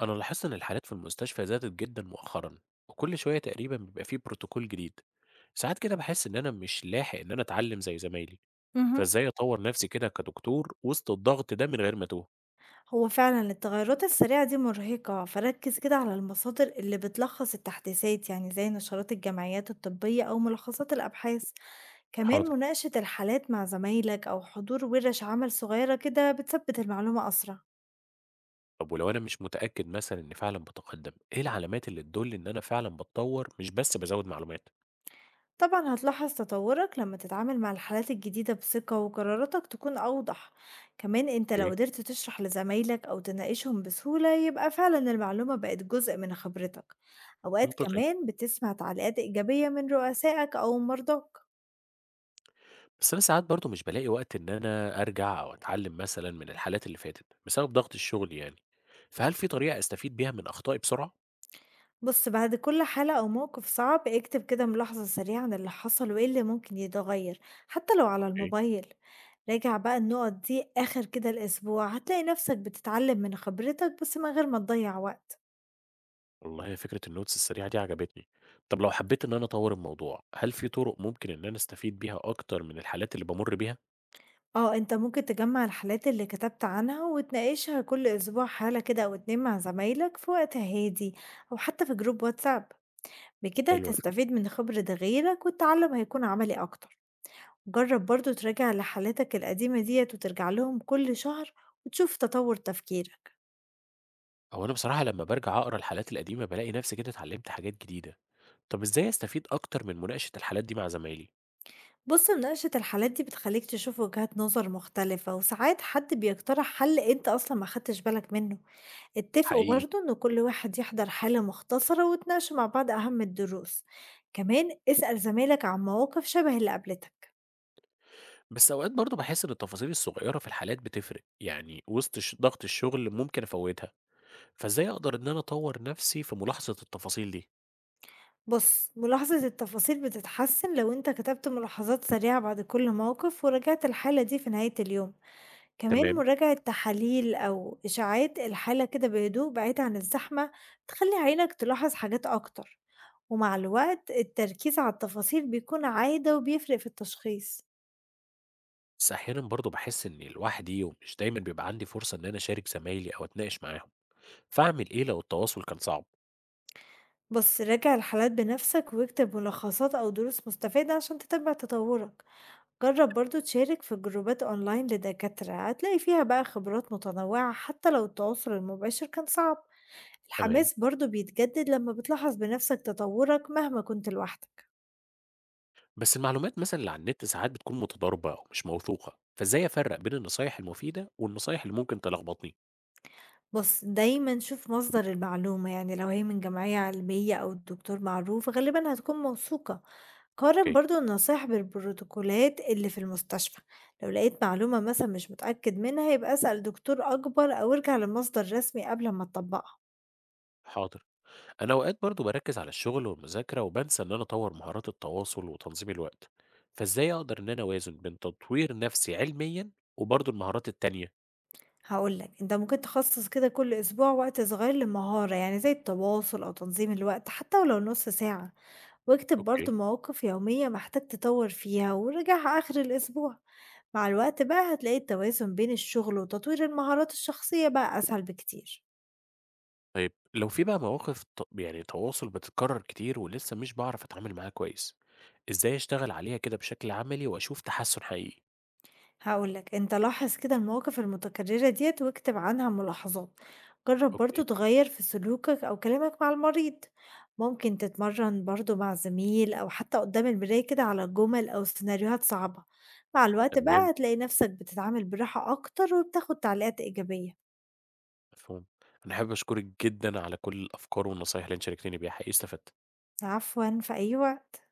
أنا لاحظت إن الحالات في المستشفى زادت جدا مؤخرا، وكل شوية تقريبا بيبقى فيه بروتوكول جديد. ساعات كده بحس إن أنا مش لاحق إن أنا أتعلم زي زمايلي، اهم. فإزاي أطور نفسي كده كدكتور وسط الضغط ده من غير ما أتوه؟ هو فعلًا التغيرات السريعة دي مرهقة، فركِّز كده على المصادر اللي بتلخّص التحديثات، يعني زي نشرات الجمعيات الطبية أو ملخصات الأبحاث، كمان حاضر. مناقشة الحالات مع زمايلك أو حضور ورش عمل صغيرة كده بتثبِّت المعلومة أسرع. طب ولو أنا مش متأكد مثلا إني فعلا بتقدم، إيه العلامات اللي تدل إن أنا فعلا بتطور مش بس بزود معلومات؟ طبعا هتلاحظ تطورك لما تتعامل مع الحالات الجديدة بثقة وقراراتك تكون أوضح. كمان انت لو ايه. قدرت تشرح لزمايلك أو تناقشهم بسهولة يبقى فعلا المعلومة بقت جزء من خبرتك. أوقات منطقي. كمان بتسمع تعليقات إيجابية من رؤسائك أو مرضاك. بس أنا ساعات برضو مش بلاقي وقت إن أنا أرجع أو أتعلم مثلا من الحالات اللي فاتت بسبب ضغط الشغل يعني، فهل في طريقة أستفيد بيها من أخطائي بسرعة؟ بص بعد كل حالة أو موقف صعب اكتب كده ملاحظة سريعة عن اللي حصل وإيه اللي ممكن يتغير، حتى لو على الموبايل. راجع بقى النقط دي آخر كده الأسبوع هتلاقي نفسك بتتعلم من خبرتك بس من غير ما تضيع وقت. والله هي فكرة الnotes السريعة دي عجبتني. طب لو حبيت إن أنا أطوّر الموضوع، هل في طرق ممكن إن أنا أستفيد بيها أكتر من الحالات اللي بامُر بيها؟ آه، أنت ممكن تجمّع الحالات اللي كتبت عنها وتناقشها كل أسبوع حالة كده أو 2 مع زمايلك في وقت هادي، أو حتى في جروب واتساب، بكده حلوة الفكرة. هتستفيد من خبرة غيرك والتعلم هيكون عملي أكتر. جرب برضه تراجع لحالاتك القديمة ديّة وترجع لهم كل شهر وتشوف تطور تفكيرك. هو أنا بصراحة لمّا بارجع أقرا الحالات القديمة بالاقي نفسي كده اتعلّمت حاجات جديدة. طب إزاي أستفيد أكتر من مناقشة الحالات دي مع زمايلي؟ بُص مناقشة الحالات دي بتخليك تشوف وجهات نظر مختلفة وساعات حد بيقترح حل أنت أصلًا ما أخدتش بالك منه. اتفقوا حقيقي. برضه إن كل واحد يحضر حالة مختصرة وتناقشوا مع بعض أهم الدروس. كمان اسأل زمايلك عن مواقف شبه اللي قابلتك. بس أوقات برضه باحس إن التفاصيل الصغيرة في الحالات بتفرق، يعني وسط ضغط الشغل ممكن أفوّتها، فإزاي أقدر إن أنا أطوّر نفسي في ملاحظة التفاصيل دي؟ بص ملاحظة التفاصيل بتتحسن لو انت كتبت ملاحظات سريعة بعد كل موقف وراجعت الحالة دي في نهاية اليوم، كمان تمام. مراجعة تحاليل أو إشاعات الحالة كده بهدوء بعيد عن الزحمة تخلي عينك تلاحظ حاجات أكتر، ومع الوقت التركيز على التفاصيل بيكون عادة وبيفرق في التشخيص. بس أحيانا برضه باحس إني لوحدي ومش دايما بيبقى عندي فرصة إن أنا أشارك زمايلي أو أتناقش معاهم، فأعمل إيه لو التواصل كان صعب؟ بص راجع الحالات بنفسك واكتب ملخصات أو دروس مستفادة عشان تتبع تطورك. جرب برضو تشارك في جروبات أونلاين لدكاترة هتلاقي فيها بقى خبرات متنوعة حتى لو التواصل المباشر كان صعب. تمام. الحماس برضو بيتجدد لما بتلاحظ بنفسك تطورك مهما كنت لوحدك. بس المعلومات مثلا اللي على النت ساعات بتكون متضاربة أو مش موثوقة، فإزاي أفرق بين النصايح المفيدة والنصايح اللي ممكن تلخبطني؟ بص دايما شوف مصدر المعلومة يعني لو هي من جمعية علمية أو دكتور معروف غالبا هتكون موثوقة. قارن أوكي. برضه النصايح بالبروتوكولات اللي في المستشفى. لو لقيت معلومة مثلا مش متأكد منها يبقى اسأل دكتور أكبر أو ارجع لمصدر رسمي قبل ما تطبقها. حاضر. أنا أوقات برضه بركز على الشغل والمذاكرة وبنسى إن أنا أطور مهارات التواصل وتنظيم الوقت، فإزاي أقدر إن أنا أوازن بين تطوير نفسي علميا وبرضه المهارات التانية؟ هقولك انت ممكن تخصص كده كل أسبوع وقت صغير لمهارة يعني زي التواصل أو تنظيم الوقت حتى ولو نص ساعة، واكتب أوكي. برضه مواقف يومية محتاج تطور فيها وراجعها آخر الأسبوع. مع الوقت بقى هتلاقي التوازن بين الشغل وتطوير المهارات الشخصية بقى أسهل بكتير. طيب لو في بقى مواقف يعني تواصل بتتكرر كتير ولسه مش باعرف أتعامل معاها كويس، إزاي أشتغل عليها كده بشكل عملي وأشوف تحسُّن حقيقي؟ هاقول لك أنت لاحظ كده المواقف المتكررة ديّة واكتب عنها ملاحظات، جرب برضه أوكي. تغير في سلوكك أو كلامك مع المريض، ممكن تتمرن برضه مع زميل أو حتى قدام المراية كده على جمل أو سيناريوهات صعبة، مع الوقت تمام. بقى هتلاقي نفسك بتتعامل براحة أكتر وبتاخد تعليقات إيجابية. مفهوم. أنا حابب أشكرِك جدًا على كل الأفكار والنصايح اللي أنتِ شاركتيني بيها، حقيقي استفدت. عفوًا في أي وقت.